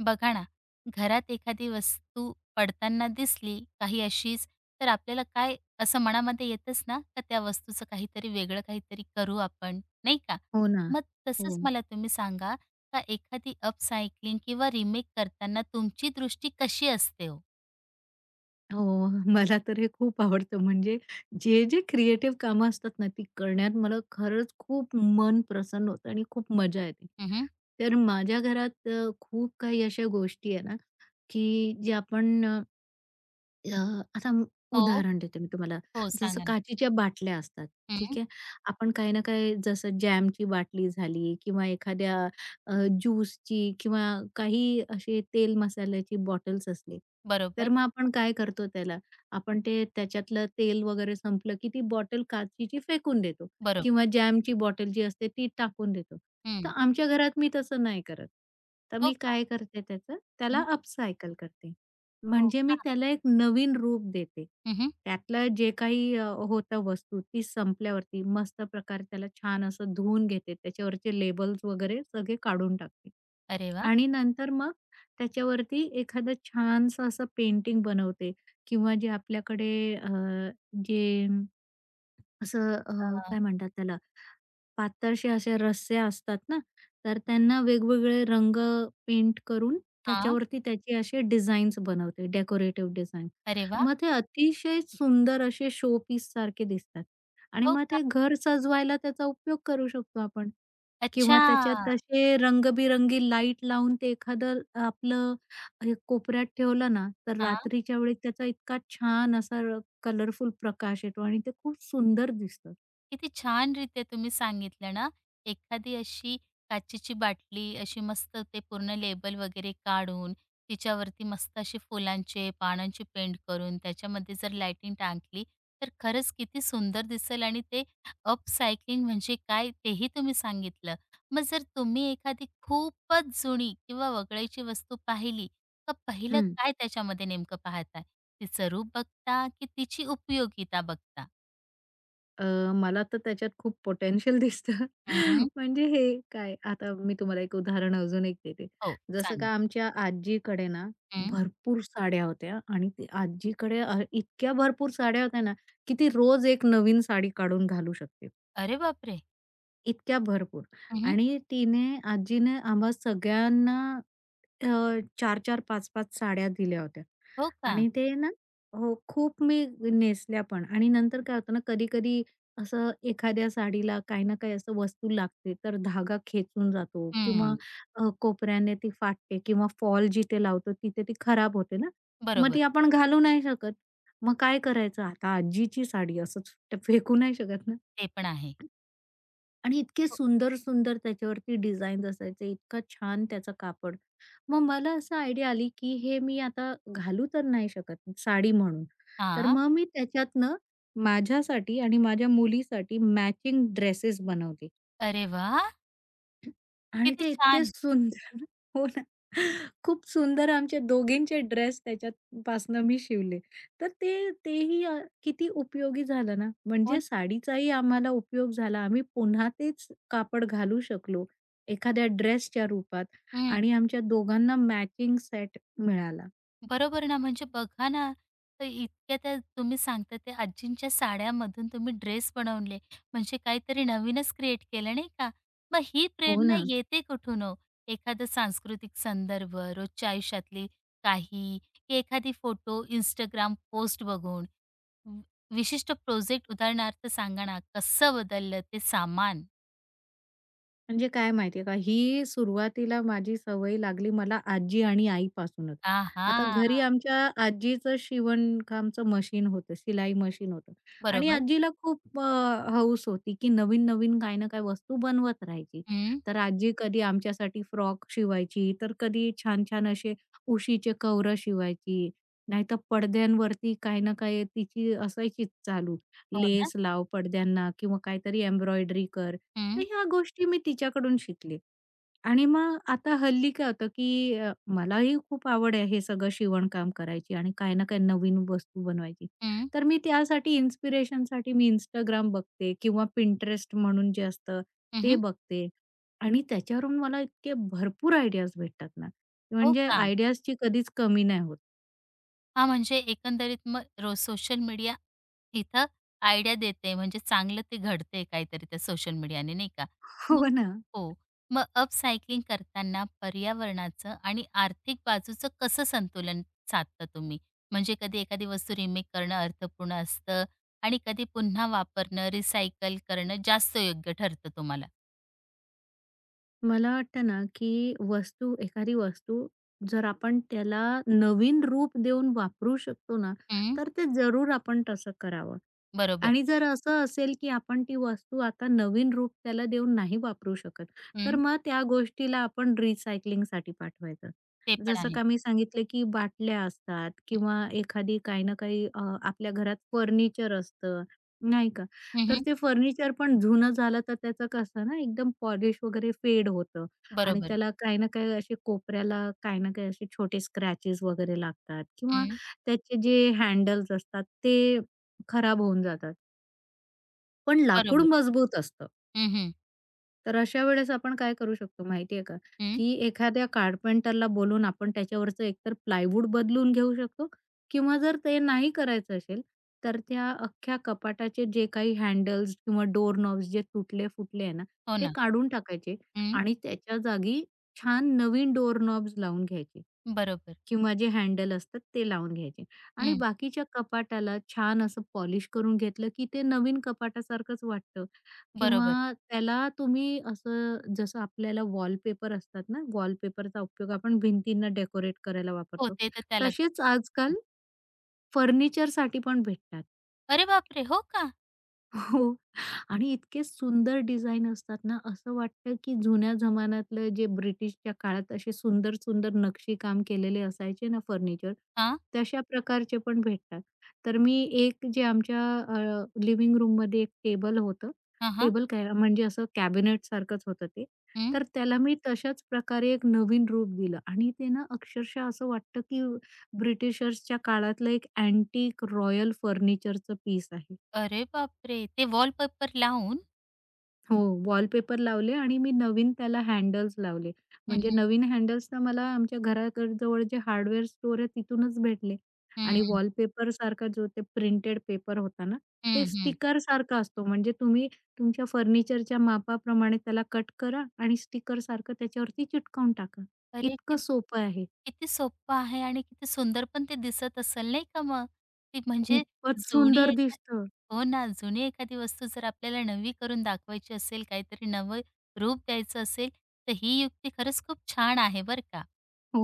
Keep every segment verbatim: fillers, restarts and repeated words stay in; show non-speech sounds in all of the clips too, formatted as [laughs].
बघा ना, घरात एखादी वस्तू पडताना दिसली काही अशीच, तर आपल्याला काय असं मनामध्ये येतंच ना, का त्या वस्तूचं काहीतरी वेगळं काहीतरी करू आपण, नाही का? हो ना. मग तसंच हो. मला तुम्ही सांगा, का एखादी अपसायक्लिंग किंवा रिमेक करताना तुमची दृष्टी कशी असते हो? हो. मला तर हे खूप आवडतं. म्हणजे जे, जे क्रिएटिव्ह कामं असतात ना, ती करण्यात मला खरंच खूप मन प्रसन्न होतं आणि खूप मजा येते. हं, तर माझ्या घरात अ, खूप काही अशा गोष्टी आहे ना, की जे आपण अ, आता म- हो, उदाहरण देते मी तुम्हाला. हो, जसं सांगा ना. काचेच्या बाटल्या असतात, ठीक हं, आहे. आपण काही ना काही जसं जॅमची बाटली झाली किंवा एखाद्या अ, ज्यूसची किंवा काही असे तेल मसाल्याची बॉटल्स असली, बरोबर, तर मग आपण काय करतो त्याला, आपण ते त्याच्यातलं तेल वगैरे संपलं की ती बॉटल काचेची फेकून देतो बरोबर. किंवा जॅमची बॉटल जी असते ती टाकून देतो. तर हं. आमच्या घरात मी तसं नाही करत. तर हो मी का? काय करते त्याचं, त्याला हं, अपसायकल करते. हो म्हणजे का? मी त्याला एक नवीन रूप देते. हं, त्यातलं जे काही अ, होतं वस्तू ती संपल्यावरती मस्त प्रकारे त्याला छान असं धुवून घेते. त्याच्यावरचे लेबल्स वगैरे सगळे काढून टाकते. अरे वाह! आणि नंतर मग त्याच्यावरती एखादं छानसं असं पेंटिंग बनवते किंवा जे आपल्याकडे अ, जे असं अ, अ, काय म्हणतात त्याला पातळशा अशा रस्स्या असतात ना, तर त्यांना वेगवेगळे रंग पेंट करून हां. त्याच्यावरती त्याचे असे डिझाईन्स बनवते, डेकोरेटिव्ह डिझाईन. अरे वाह! मग ते अतिशय सुंदर असे शो पीससारखे दिसतात आणि हो मग का? ते घर सजवायला त्याचा उपयोग करू शकतो आपण अच्छा. किंवा त्याच्यात असे रंगबिरंगी लाईट लावून ते एखादं आपलं हे कोपऱ्यात ठेवलं ना, तर हां. रात्रीच्या वेळी त्याचा इतका छान असा कलरफुल प्रकाश येतो आणि ते खूप सुंदर दिसतं. किती छानरीत्या तुम्ही सांगितलं ना, एखादी अशी काचेची बाटली अशी मस्त ते पूर्ण लेबल वगैरे काढून, तिच्यावरती मस्त असे फुलांचे, पानांचे पेंट करून त्याच्यामध्ये जर लायटिंग टाकली, तर खरंच किती सुंदर दिसेल आणि ते अपसायकलिंग म्हणजे काय तेही तुम्ही सांगितलं. मग जर तुम्ही एखादी खूपच जुनी किंवा वगळायची वस्तू पाहिली, तर पहिलं काय त्याच्यामध्ये नेमकं पाहताय? तिचं रूप बघता की तिची उपयोगिता बघता? अ, मला तर त्याच्यात खूप पोटेन्शियल दिसतं. हं, [laughs] म्हणजे हे काय, आता मी तुम्हाला एक उदाहरण अजून एक देते. हो, जसं सांगा. का आमच्या आजीकडे ना, हं. भरपूर साड्या होत्या आणि ते आजीकडे अ, इतक्या भरपूर साड्या होत्या ना, की ती रोज एक नवीन साडी काढून घालू शकते. अरे बापरे! इतक्या भरपूर हं, आणि तिने आजीने आम्हा सगळ्यांना अ, चार-चार पाच-पाच साड्या दिल्या होत्या हो का? आणि ते ना हो, खूप मी नेसल्या पण आणि नंतर काय होतं ना, कधी-कधी असं एखाद्या साडीला काही ना काही असं वस्तू लागते, तर धागा खेचून जातो किंवा हं. अ, कोपऱ्याने ती फाटते किंवा फॉल जिथे लावतो तिथे ती खराब होते ना, मग बरोबर. ती आपण घालू नाही शकत. मग काय करायचं? आता आजीची साडी असंच फेकू नाही शकत ना. ते पण आहे. आणि इतके हो. सुंदर, सुंदर त्याच्यावरती डिझाईन्स असायचे, इतका छान त्याचं कापड. मग मला असं आयडिया आली, की हे मी आता घालू तर नाही शकत साडी म्हणून. तर हां. मग मी त्याच्यातनं माझ्यासाठी आणि माझ्या मुलीसाठी मॅचिंग ड्रेसेस बनवले. अरे वाह! आणि किती ते इतके छान. सुंदर [laughs] हो ना. खूप सुंदर आमच्या दोघींचे ड्रेस त्याच्यापासनं मी शिवले. तर ते तेही अ, किती उपयोगी झालं ना. हो म्हणजे ना. साडीचाही आम्हाला उपयोग झाला. आम्ही पुन्हा तेच कापड घालू शकलो एखाद्या ड्रेसच्या रूपात हं. आणि आमच्या दोघांना मॅचिंग सेट मिळाला. बरोबर ना, म्हणजे बघा ना, तर इतक्या त्या तुम्ही सांगता त्या आजींच्या साड्यामधून तुम्ही ड्रेस बनवले, म्हणजे काहीतरी नवीनच क्रिएट केलं नाही का? मग ही हो प्रेरणा ना. येते कुठून हो? एखादा सांस्कृतिक संदर्भ, रोजच्या आयुष्यातली काही, की एखादी फोटो, इन्स्टाग्राम पोस्ट बघून वि विशिष्ट प्रोजेक्ट उदाहरणार्थ सांगा ना, कसं बदललं ते सामान? म्हणजे काय माहितीये का, ही सुरुवातीला माझी सवय लागली मला आजी आणि आईपासूनच. आता आहा! घरी आमच्या आजीचं शिवणकामचं मशीन होतं, शिलाई मशीन होतं आणि बरोबर. आजीला खूप अ, हौस होती, की नवीन-नवीन काय ना काही वस्तू बनवत राहायची. हं. तर आजी कधी आमच्यासाठी फ्रॉक शिवायची, तर कधी छान-छान असे उशीचे कवरं शिवायची, नाहीतर पडद्यांवरती काही ना काही तिची असायचीच चालू, हो ना. लेस लाव पडद्यांना किंवा काहीतरी एम्ब्रॉयडरी कर. तर हं, ह्या गोष्टी मी तिच्याकडून शिकले. आणि मग आता हल्ली काय होतं, की अ, मलाही खूप आवड आहे हे सगळं शिवणकाम करायची आणि काही ना काही नवीन वस्तू बनवायची. हं, तर मी त्यासाठी इन्स्पिरेशनसाठी मी Instagram बघते किंवा Pinterest म्हणून जे असतं ते हं, बघते. आणि त्याच्यावरून मला इतके भरपूर आयडियाज भेटतात ना, हो म्हणजे का? आयडियाजची कधीच कमी नाही होत. हा, म्हणजे एकंदरीत मग रोज सोशल मीडिया इथं आयडिया देते, म्हणजे चांगलं ते घडतंय काहीतरी त्या सोशल मीडियाने, नाही का? [laughs] मग हो ना. हो. मग अपसायकलिंग करताना पर्यावरणाचं आणि आर्थिक बाजूचं कसं संतुलन साधता तुम्ही? म्हणजे कधी एखादी वस्तू रिमेक करणं अर्थपूर्ण असतं आणि कधी पुन्हा वापरणं, रिसायकल करणं जास्त योग्य ठरतं तुम्हाला. मला वाटतं ना, की वस्तू एखादी वस्तू जर आपण त्याला नवीन रूप देऊन वापरू शकतो ना, हं, तर ते जरूर आपण तसं करावं. बरोबर. आणि जर असं असेल, की आपण ती वस्तू आता नवीन रूप त्याला देऊन नाही वापरू शकत, तर हं, मग त्या गोष्टीला आपण रिसायकलिंगसाठी पाठवायचं. ते पण जसं आहे. का मी सांगितलं, की बाटल्या असतात किंवा एखादी काही ना काही अ, आपल्या घरात फर्निचर असतं, नाही का? हं, तर हं, ते फर्निचर पण जुनं झालं तर त्याचं कसं ना एकदम पॉलिश वगैरे फेड होतं आणि बरोबर. त्याला काही ना काही असे कोपऱ्याला काही ना काही असे छोटे स्क्रॅचेस वगैरे लागतात किंवा हं, त्याचे जे हँडल्स असतात ते खराब होऊन जातात. पण लाकूड बरोबर. मजबूत असतं. हं, हं, तर अशा वेळेस आपण काय करू शकतो माहिती आहे का, हं. की एखाद्या कारपेंटरला बोलवून आपण त्याच्यावरचं एकतर प्लायवूड बदलून घेऊ शकतो किंवा जर ते नाही करायचं असेल, तर त्या अख्ख्या कपाटाचे जे काही हँडल्स किंवा डोअर नॉब्स जे तुटले-फुटले आहे ना, हो ते ना. काढून टाकायचे हं. आणि त्याच्या जागी छान नवीन डोअर नॉब्स लावून घ्यायचे. बरोबर. किंवा जे हँडल असतात ते लावून घ्यायचे आणि हं. बाकीच्या कपाटाला छान असं पॉलिश करून घेतलं, की ते नवीन कपाटासारखंच वाटतं बरोबर. किंवा त्याला तुम्ही असं जसं आपल्याला वॉलपेपर असतात ना, वॉलपेपरचा उपयोग आपण भिंतींना डेकोरेट करायला हो, वापरतो. ते तर त्याला करतात. तसेच हं. आजकाल फर्निचरसाठी पण भेटतात. अरे बापरे! हो का? [laughs] आणि इतके सुंदर डिझाइन असतात ना, असं वाटतं की जुन्या जमान्यातलं जे ब्रिटिशच्या काळात असे सुंदर-सुंदर नक्षीकाम केलेले असायचे ना फर्निचर, हां. तशा प्रकारचे पण भेटतात. तर मी एक जे आमच्या अ, लिव्हिंग रूममध्ये एक टेबल होतं. हां, हां. टेबल काय म्हणजे असं कॅबिनेटसारखंच होतं ते. हं. तर त्याला मी तशाच प्रकारे एक नवीन रूप दिलं आणि ते ना अक्षरशः असं वाटतं की ब्रिटिशर्सच्या काळातलं एक अँटिक रॉयल फर्निचरचं पीस आहे. अरे बापरे! ते वॉलपेपर लावून हो, वॉलपेपर लावले आणि मी नवीन त्याला हँडल्स लावले. हं, म्हणजे हं. नवीन हँडल्स तर मला आमच्या घराकड जवळ जे हार्डवेअर स्टोअर आहे तिथूनच भेटले आणि हं, वॉलपेपरसारखा जो ते प्रिंटेड पेपर होता ना, हं, ते हं. स्टिकरसारखा असतो. म्हणजे तुम्ही तुमच्या फर्निचरच्या मापाप्रमाणे त्याला कट करा आणि स्टिकरसारखं त्याच्यावरती चिटकवून टाका. अरे इतकं कित सोपं आहे. किती सोप्पं आहे आणि किती सुंदर पण ते दिसत असेल नाही का मग? ती म्हणजे खूपच जुनी सुंदर एखा दिसतं. हो ना, जुनी एखादी वस्तू जर आपल्याला नवी करून दाखवायची असेल, काहीतरी नवं रूप द्यायचं असेल, तर ही युक्ती खरंच खूप छान आहे बरं का. हो,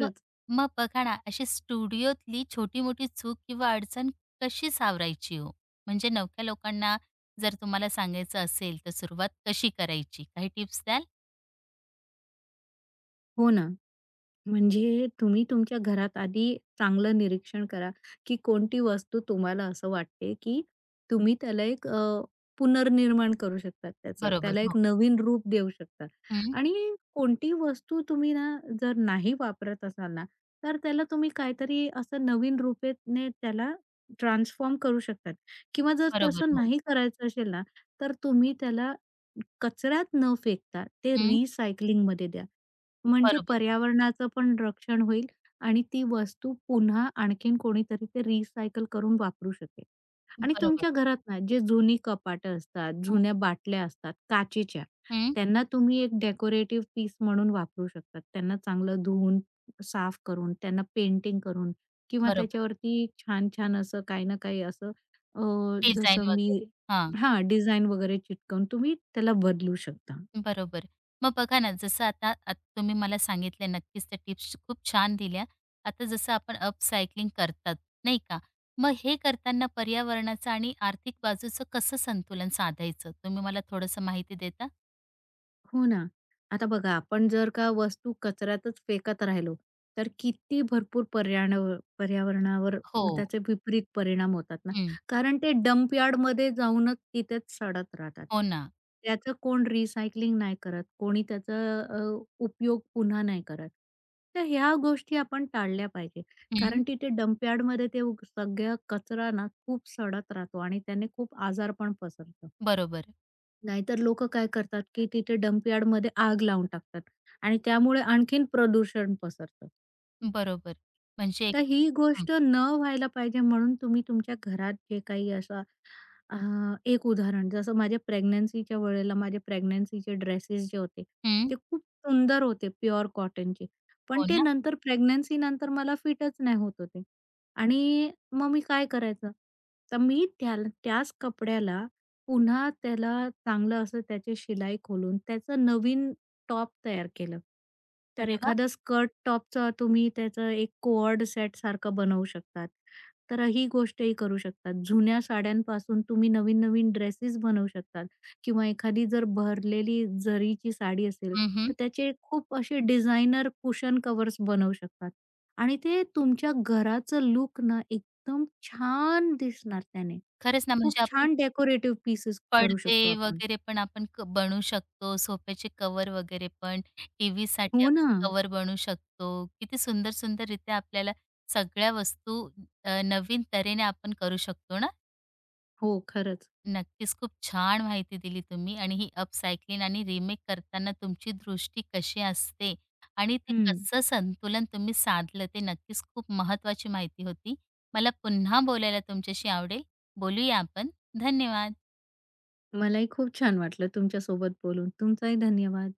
मग मग बघा ना, अशी स्टुडिओतली छोटी-मोठी चूक किंवा अडचण कशी सावरायची हो? म्हणजे नवख्या लोकांना जर तुम्हाला सांगायचं असेल, तर सुरुवात कशी करायची? काही टिप्स द्याल? हो ना. म्हणजे तुम्ही तुमच्या घरात आधी चांगलं निरीक्षण करा, की कोणती वस्तू तुम्हाला असं वाटते, की तुम्ही त्याला एक अ, पुनर्निर्माण करू शकता त्याचं. बरोबर, त्याला हो. एक नवीन रूप देऊ शकता हं. आणि कोणती वस्तू तुम्ही ना, जर नाही वापरत असाल ना, तर त्याला तुम्ही काहीतरी असं नवीन रूपेने त्याला ट्रान्सफॉर्म करू शकतात किंवा जर बरोबर, तसं हो. नाही करायचं असेल ना, तर तुम्ही त्याला कचऱ्यात न फेकता ते हं. रिसायकलिंगमध्ये द्या. म्हणजे बरोबर, पर्यावरणाचं पण रक्षण होईल आणि ती वस्तू पुन्हा आणखीन कोणीतरी ते रिसायकल करून वापरू शकेल. आणि बरोबर. तुमच्या घरात ना जे जुनी कपाटं असतात, जुन्या बाटल्या असतात काचेच्या, हं. त्यांना तुम्ही एक डेकोरेटिव्ह पीस म्हणून वापरू शकतात. त्यांना चांगलं धुवून, साफ करून, त्यांना पेंटिंग करून किंवा बरोबर. त्याच्यावरती छान-छान असं काही ना काही असं अ, डिझाइन जसं मी वगैरे. हां, डिझाइन वगैरे चिटकवून तुम्ही त्याला बदलू शकता. बरोबर. मग बघा ना, जसं आता आत तुम्ही मला सांगितल्या नक्कीच त्या टिप्स खूप छान दिल्या. आता जसं आपण अपसायकलिंग करतात, नाही का? मग हे करताना पर्यावरणाचं आणि आर्थिक बाजूचं कसं संतुलन साधायचं? तुम्ही मला थोडंसं माहिती देता? हो ना. आता बघा आपण जर का वस्तू कचऱ्यातच फेकत राहिलो, तर किती भरपूर पर्याणावर पर्यावरणावर हो. त्याचे विपरीत परिणाम होतात ना. हं. कारण ते डंप यार्डमध्ये जाऊनच तिथेच सडत राहतात. हो ना. त्याचं कोण रिसायकलिंग नाही करत, कोणी त्याचा अ, उपयोग पुन्हा नाही करत. तर ह्या गोष्टी आपण टाळल्या पाहिजे. हं. कारण तिथे डंप यार्डमध्ये ते उग- सगळा कचरा ना खूप सडत राहतो आणि त्याने खूप आजार पण पसरतात. बरोबर, नाहीतर लोकं काय करतात, की तिथे डंप यार्डमध्ये आग लावून टाकतात आणि त्यामुळे आणखीन प्रदूषण पसरतं. बरोबर. म्हणजे एक तर ही हं, गोष्ट न व्हायला पाहिजे म्हणून तुम्ही तुमच्या घरात जे काही असं अ, एक उदाहरण जसं माझ्या प्रेग्नन्सीच्या वेळेला माझे प्रेग्नन्सीचे ड्रेसेस जे होते, हं. ते खूप सुंदर होते प्युअर कॉटनचे. पण हो ते ना. नंतर प्रेग्नन्सीनंतर मला फिटच नाही होत होते आणि मग मी काय करायचं, तर मी त्याला त्याच कपड्याला पुन्हा त्याला चांगलं असं त्याची शिलाई खोलून त्याचं नवीन टॉप तयार केलं. तर अरे वाह! एखादं स्कर्ट टॉपचं तुम्ही त्याचं एक कोऑर्ड सेटसारखं बनवू शकतात. तर ही गोष्टही करू शकतात. जुन्या साड्यांपासून तुम्ही नवीन-नवीन ड्रेसेस बनवू शकतात किंवा एखादी जर भरलेली जरीची साडी असेल, हं, हं. तर त्याचे खूप असे डिझायनर कुशन कव्हर्स बनवू शकतात आणि ते तुमच्या घराचं लूक ना एकदम छान दिसणार त्याने. खरंच ना, खूप म्हणजे आपण छान डेकोरेटिव्ह पीसेस करू पडदे शकतो आपण. वगैरे पण आपण क बनवू शकतो, सोफ्याचे कव्हर वगैरे पण, टीव्हीसाठी हो आपण ना. कव्हर बनवू शकतो. किती सुंदर सुंदररीत्या आपल्याला सगळ्या वस्तू अ, नवीन तऱ्हेने आपण करू शकतो ना. हो, खरंच. नक्कीच खूप छान माहिती दिली तुम्ही आणि ही अपसायक्लिंग आणि रिमेक करताना तुमची दृष्टी कशी असते आणि ते हं. कसं संतुलन तुम्ही साधलं ते नक्कीच खूप महत्त्वाची माहिती होती. मला पुन्हा बोलायला तुमच्याशी आवडेल. बोलूया आपण. धन्यवाद. मलाही खूप छान वाटलं तुमच्यासोबत बोलून. तुमचाही धन्यवाद.